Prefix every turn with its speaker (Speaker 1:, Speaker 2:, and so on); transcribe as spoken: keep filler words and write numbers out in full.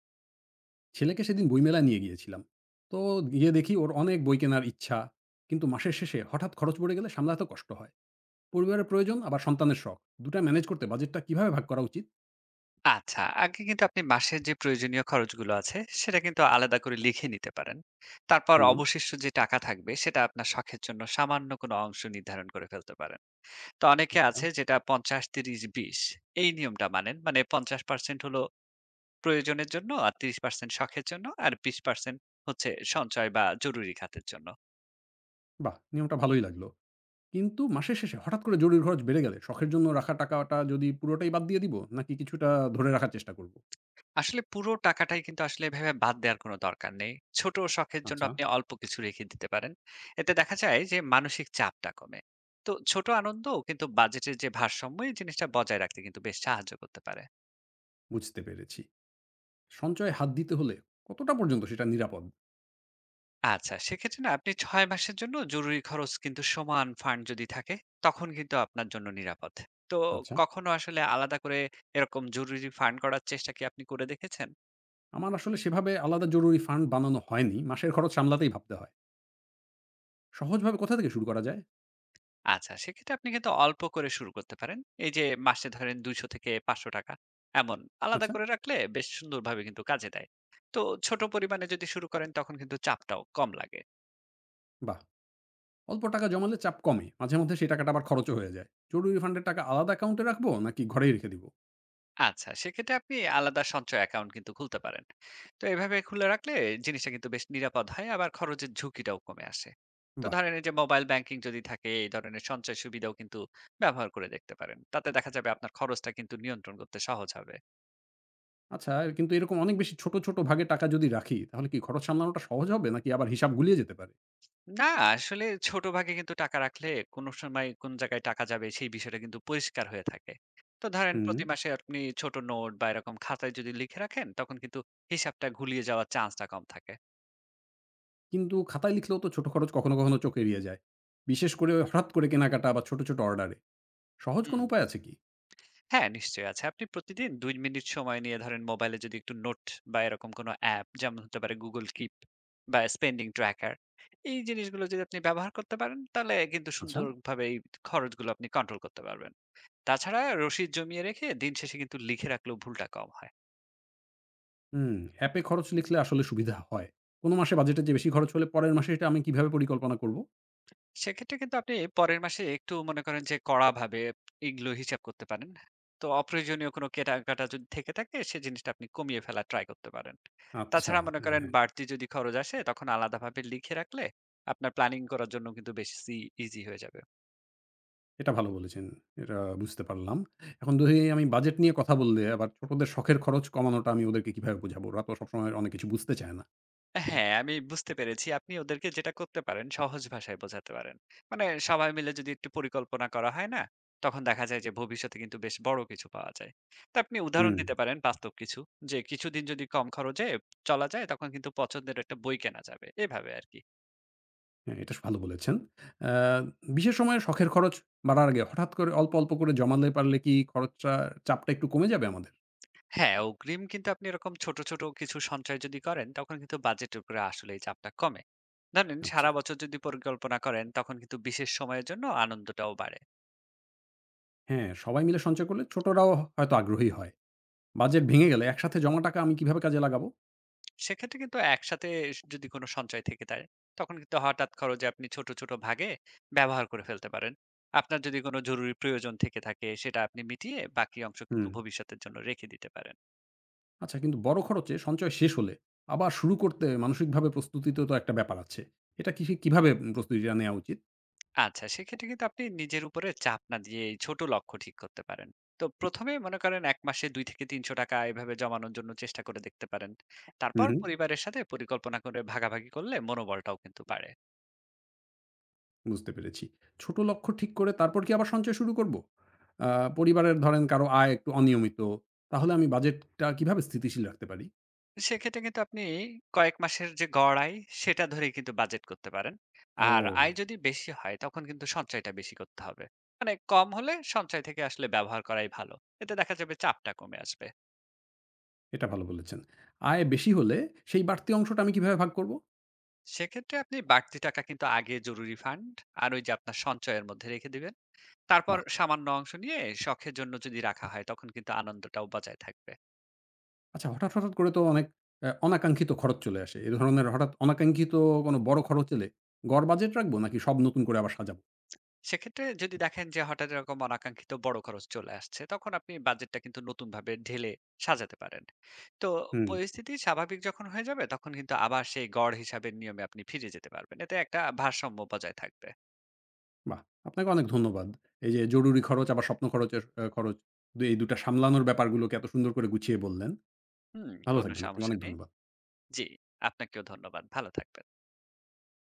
Speaker 1: ছেলেকে সেদিন বইমেলায় নিয়ে গিয়েছিলাম। তো গিয়ে দেখি ওর অনেক বই কেনার ইচ্ছা। কিন্তু মাসের শেষে হঠাৎ খরচ পড়ে গেলে সামলাতে কষ্ট হয়। পরিবারের প্রয়োজন আবার সন্তানের শখ। দুটা ম্যানেজ করতে বাজেটটা কিভাবে ভাগ করা উচিত?
Speaker 2: আচ্ছা, আগে কিন্তু আপনি মাসের যে প্রয়োজনীয় খরচগুলো আছে, সেটা কিন্তু আলাদা করে লিখে নিতে পারেন। তারপর
Speaker 1: হুম।
Speaker 2: অবশিষ্ট যে টাকা থাকবে, সেটা আপনার শখের জন্য সামান্য কোনো অংশ নির্ধারণ করে ফেলতে পারেন। তো অনেকে
Speaker 1: আচ্ছা।
Speaker 2: আছে যেটা পঞ্চাশ, ত্রিশ, বিশ এই নিয়মটা মানেন। মানে পঞ্চাশ পার্সেন্ট হলো প্রয়োজনের জন্য, আর ত্রিশ পার্সেন্ট শখের জন্য, আর বিশ পার্সেন্ট হচ্ছে সঞ্চয় বা জরুরি খাতের জন্য।
Speaker 1: বাহ! নিয়মটা ভালোই লাগলো। কিন্তু মাসের শেষে হঠাৎ করে জরুরি খরচ বেড়ে গেলে শখের জন্য রাখা টাকাটা যদি পুরোটাই বাদ দিয়ে দিব নাকি কিছুটা ধরে রাখার চেষ্টা করব?
Speaker 2: আসলে পুরো টাকাটাই কিন্তু আসলে এভাবে বাদ দেওয়ার কোনো দরকার নেই। ছোট শখের জন্য
Speaker 1: আচ্ছা,
Speaker 2: আপনি অল্প কিছু রেখে দিতে পারেন। এতে দেখা যায় যে মানসিক চাপটা কমে। তো ছোট আনন্দ কিন্তু বাজেটের যে ভারসাম্য এই জিনিসটা বজায় রাখতে কিন্তু বেশ সাহায্য করতে পারে।
Speaker 1: বুঝতে পেরেছি। সঞ্চয়ে হাত দিতে হলে কতটা পর্যন্ত সেটা নিরাপদ?
Speaker 2: আচ্ছা, সেক্ষেত্রে না আপনি ছয় মাসের জন্য জরুরি খরচ কিন্তু সমান ফান্ড যদি থাকে, তখন কিন্তু আপনার জন্য নিরাপদ। তো
Speaker 1: আচ্ছা।
Speaker 2: কখনো আসলে আলাদা করে এরকম জরুরি ফান্ড করার চেষ্টা কি আপনি করে দেখেছেন?
Speaker 1: আমার আসলে সেভাবে আলাদা জরুরি ফান্ড বানানো হয়নি। মাসের খরচ সামলাতেই ভাবতে হয়। সহজভাবে কোথা থেকে শুরু করা যায়?
Speaker 2: আচ্ছা, সেক্ষেত্রে আপনি কিন্তু অল্প করে শুরু করতে পারেন। এই যে মাসে ধরেন দুইশো থেকে ৳পাঁচশো টাকা এমন আলাদা
Speaker 1: আচ্ছা।
Speaker 2: করে রাখলে বেশ সুন্দরভাবে কিন্তু কাজে দেয়। তো ছোট পরিমাণে যদি শুরু করেন তখন কিন্তু চাপটাও কম লাগে।
Speaker 1: বাহ! অল্প টাকা জমালে চাপ কমে। মাঝে মধ্যে সেই টাকাটা আবার খরচও হয়ে যায়। জরুরি ফান্ডের টাকা আলাদা অ্যাকাউন্টে রাখবো নাকি ঘরেই রেখে দিব?
Speaker 2: আচ্ছা, সেক্ষেত্রে আপনি আলাদা সঞ্চয় অ্যাকাউন্ট কিন্তু খুলতে পারেন। তো এভাবে খুলে রাখলে জিনিসটা কিন্তু বেশ নিরাপদ হয়, আবার খরচের ঝুঁকিটাও কমে আসে। তো
Speaker 1: বাহ!
Speaker 2: ধরেন এই যে মোবাইল ব্যাংকিং যদি থাকে, এই ধরনের সঞ্চয় সুবিধাও কিন্তু ব্যবহার করে দেখতে পারেন। তাতে দেখা যাবে আপনার খরচটা কিন্তু নিয়ন্ত্রণ করতে সহজ হবে।
Speaker 1: আচ্ছা কিন্তু এরকম অনেক বেশি ছোট, ছোট ভাগে টাকা যদি রাখি তাহলে কি খরচ সামলানোটা সহজ হবে নাকি আবার হিসাব গুলিয়ে যেতে পারে?
Speaker 2: না, আসলে ছোট ভাগে কিন্তু টাকা রাখলে কোন সময় কোন জায়গায় টাকা যাবে সেই বিষয়টা কিন্তু পরিষ্কার হয়ে থাকে। তো ধরেন
Speaker 1: হুম।
Speaker 2: প্রতি মাসে আপনি ছোট নোট বা এরকম খাতায় যদি লিখে রাখেন তখন কিন্তু হিসাবটা গুলিয়ে যাওয়ার চান্সটা কম থাকে।
Speaker 1: কিন্তু খাতায় লিখলেও তো ছোট খরচ কখনো, কখনো চোখ এড়িয়ে যায়। বিশেষ করে হঠাৎ করে কেনাকাটা বা ছোট, ছোট অর্ডারে। সহজ
Speaker 2: হুম।
Speaker 1: কোনো উপায় আছে কি?
Speaker 2: হ্যাঁ, নিশ্চয়ই আছে। আপনি প্রতিদিন দুই মিনিট সময় নিয়ে ধরেন মোবাইলে যদি একটু নোট বা এরকম কোনো অ্যাপ, যেমন হতে পারে Google Keep বা Spending Tracker, এই জিনিসগুলো যদি আপনি ব্যবহার করতে পারেন তাহলে কিন্তু
Speaker 1: আচ্ছা।
Speaker 2: সুন্দরভাবে এই খরচগুলো আপনি কন্ট্রোল করতে পারবেন। তাছাড়া রসিদ জমিয়ে রেখে দিন শেষে কিন্তু লিখে রাখলেও ভুলটা কম হয়।
Speaker 1: হুম, অ্যাপে খরচ লিখলে আসলে সুবিধা হয়। কোনো মাসে বাজেটের চেয়ে বেশি খরচ হলে পরের মাসে এটা আমি কিভাবে পরিকল্পনা করব?
Speaker 2: সেক্ষেত্রে কিন্তু আপনি পরের মাসে একটু মনে করেন যে কড়াভাবে এগুলো হিসাব করতে পারেন। তো অপ্রয়োজনীয় কোনো কেনাকাটা যদি থেকে থাকে, সে জিনিসটা আপনি কমিয়ে ফেলার ট্রাই করতে পারেন।
Speaker 1: আচ্ছা।
Speaker 2: তাছাড়া মনে
Speaker 1: হ্যাঁ,
Speaker 2: করেন
Speaker 1: হ্যাঁ।
Speaker 2: বাড়তি যদি খরচ আসে তখন আলাদাভাবে লিখে রাখলে আপনার প্ল্যানিং করার জন্য কিন্তু বেশি ইজি হয়ে যাবে।
Speaker 1: এটা ভালো বলেছেন। এটা বুঝতে পারলাম। এখন যদি আমি বাজেট নিয়ে কথা বললে আবার ছোটদের শখের খরচ কমানোটা আমি ওদেরকে কিভাবে বোঝাবো? ওরা তো সবসময় অনেক কিছু বুঝতে চায় না।
Speaker 2: হ্যাঁ, আমি বুঝতে পেরেছি। আপনি ওদেরকে যেটা করতে পারেন সহজ ভাষায় বোঝাতে পারেন। মানে সবাই মিলে যদি একটু পরিকল্পনা করা হয় না? তখন দেখা যায় যে ভবিষ্যতে কিন্তু বেশ বড় কিছু পাওয়া যায়। তো আপনি উদাহরণ
Speaker 1: হুম।
Speaker 2: দিতে পারেন বাস্তব কিছু। যে কিছুদিন যদি কম খরচে চলা যায় তখন কিন্তু পছন্দের একটা বই কেনা যাবে। এভাবে আরকি।
Speaker 1: হ্যাঁ, এটা ভালো বলেছেন। আ বিশেষ সময়ে শখের খরচ বাড়ার আগে হঠাৎ করে অল্প, অল্প করে জমাতে পারলে কি খরচটা চাপটা একটু কমে যাবে আমাদের?
Speaker 2: হ্যাঁ, অগ্রিম কিন্তু আপনি এরকম ছোট, ছোট কিছু সঞ্চয় যদি করেন তখন কিন্তু বাজেটের উপরে আসলেই চাপটা কমে। ধরেন
Speaker 1: আচ্ছা।
Speaker 2: সারা বছর যদি পরিকল্পনা করেন তখন কিন্তু বিশেষ সময়ের জন্য আনন্দটাও বাড়ে।
Speaker 1: হ্যাঁ, সবাই মিলে সঞ্চয় করলে ছোটরাও হয়তো আগ্রহী হয়। বাজেট ভেঙে গেলে একসাথে জমা টাকা আমি কিভাবে কাজে লাগাবো?
Speaker 2: সেক্ষেত্রে কিন্তু একসাথে স যদি কোনো সঞ্চয় থেকে যায়, তখন কিন্তু হঠাৎ খরচে আপনি ছোট, ছোট ভাগে ব্যবহার করে ফেলতে পারেন। আপনার যদি কোনো জরুরি প্রয়োজন থেকে থাকে, সেটা আপনি মিটিয়ে বাকি অংশ কিন্তু
Speaker 1: হুম।
Speaker 2: ভবিষ্যতের জন্য রেখে দিতে পারেন।
Speaker 1: আচ্ছা কিন্তু বড় খরচে সঞ্চয় শেষ হলে আবার শুরু করতে মানসিকভাবে প্রস্তুতিতেও তো একটা ব্যাপার আছে। এটা কি কিভাবে প্রস্তুতিটা নেওয়া উচিত?
Speaker 2: আচ্ছা, সেক্ষেত্রে কিন্তু আপনি নিজের উপরে চাপ না দিয়ে এই ছোট লক্ষ্য ঠিক করতে পারেন। তো প্রথম এ মনে করেন এক মাসে ৳দুই থেকে তিনশো টাকা এভাবে জমানোর জন্য চেষ্টা করে দেখতে পারেন।
Speaker 1: হুম,
Speaker 2: তারপর
Speaker 1: হুম।
Speaker 2: পরিবারের সাথে পরিকল্পনা করে ভাগাভাগি করলে মনোবলটাও কিন্তু বাড়ে।
Speaker 1: বুঝতে পেরেছি। ছোট লক্ষ্য ঠিক করে তারপর কি আবার সঞ্চয় শুরু করব? আ পরিবারের ধরেন কারো আয় একটু অনিয়মিত। তাহলে আমি বাজেটটা কিভাবে স্থিতিশীল রাখতে পারি?
Speaker 2: সেক্ষেত্রে কিন্তু আপনি কয়েক মাসের যে গড় আয়, সেটা ধরেই কিন্তু বাজেট করতে পারেন। আর
Speaker 1: ও!
Speaker 2: আয় যদি বেশি হয় তখন কিন্তু সঞ্চয়টা বেশি করতে হবে। মানে কম হলে সঞ্চয় থেকে আসলে ব্যবহার করাই ভালো। এতে দেখা যাবে চাপটা কমে আসবে।
Speaker 1: এটা ভালো বলেছেন। আয় বেশি হলে সেই বাড়তি অংশটা আমি কিভাবে ভাগ করব?
Speaker 2: সেক্ষেত্রে আপনি বাড়তি টাকা কিন্তু আগে জরুরি ফান্ড আর ওই যে আপনার সঞ্চয়ের মধ্যে রেখে দিবেন। তারপর
Speaker 1: বাহ!
Speaker 2: সামান্য অংশ নিয়ে শখের জন্য যদি রাখা হয় তখন কিন্তু আনন্দটাও বজায় থাকবে।
Speaker 1: আচ্ছা হঠাৎ, হঠাৎ করে তো অনেক অ্যা অনাকাঙ্ক্ষিত খরচ চলে আসে। এ ধরনের হঠাৎ অনাকাঙ্ক্ষিত কোনো বড় খরচ এলে গড় বাজেট রাখবো নাকি সব নতুন করে আবার সাজাবো?
Speaker 2: সেক্ষেত্রে যদি দেখেন যে হঠাৎ এরকম অনাকাঙ্ক্ষিত বড় খরচ চলে আসছে, তখন আপনি বাজেটটা কিন্তু নতুনভাবে ঢেলে সাজাতে পারেন। তো
Speaker 1: হুম।
Speaker 2: পরিস্থিতি স্বাভাবিক যখন হয়ে যাবে, তখন কিন্তু আবার সেই গড় হিসাবের নিয়মে আপনি ফিরে যেতে পারবেন। এতে একটা ভারসাম্য বজায় থাকবে।
Speaker 1: বাহ! আপনাকে অনেক ধন্যবাদ। এই যে জরুরি খরচ আবার স্বপ্ন খরচের আ খরচ, দু এই দুই টা সামলানোর ব্যাপারগুলোকে এত সুন্দর করে গুছিয়ে বললেন।
Speaker 2: হুম,
Speaker 1: ভালো
Speaker 2: কোনো
Speaker 1: থাকবেন। আপনাকে
Speaker 2: সমস্যা
Speaker 1: অনেক
Speaker 2: নেই।
Speaker 1: ধন্যবাদ।
Speaker 2: জি, আপনাকেও ধন্যবাদ। ভালো থাকবেন।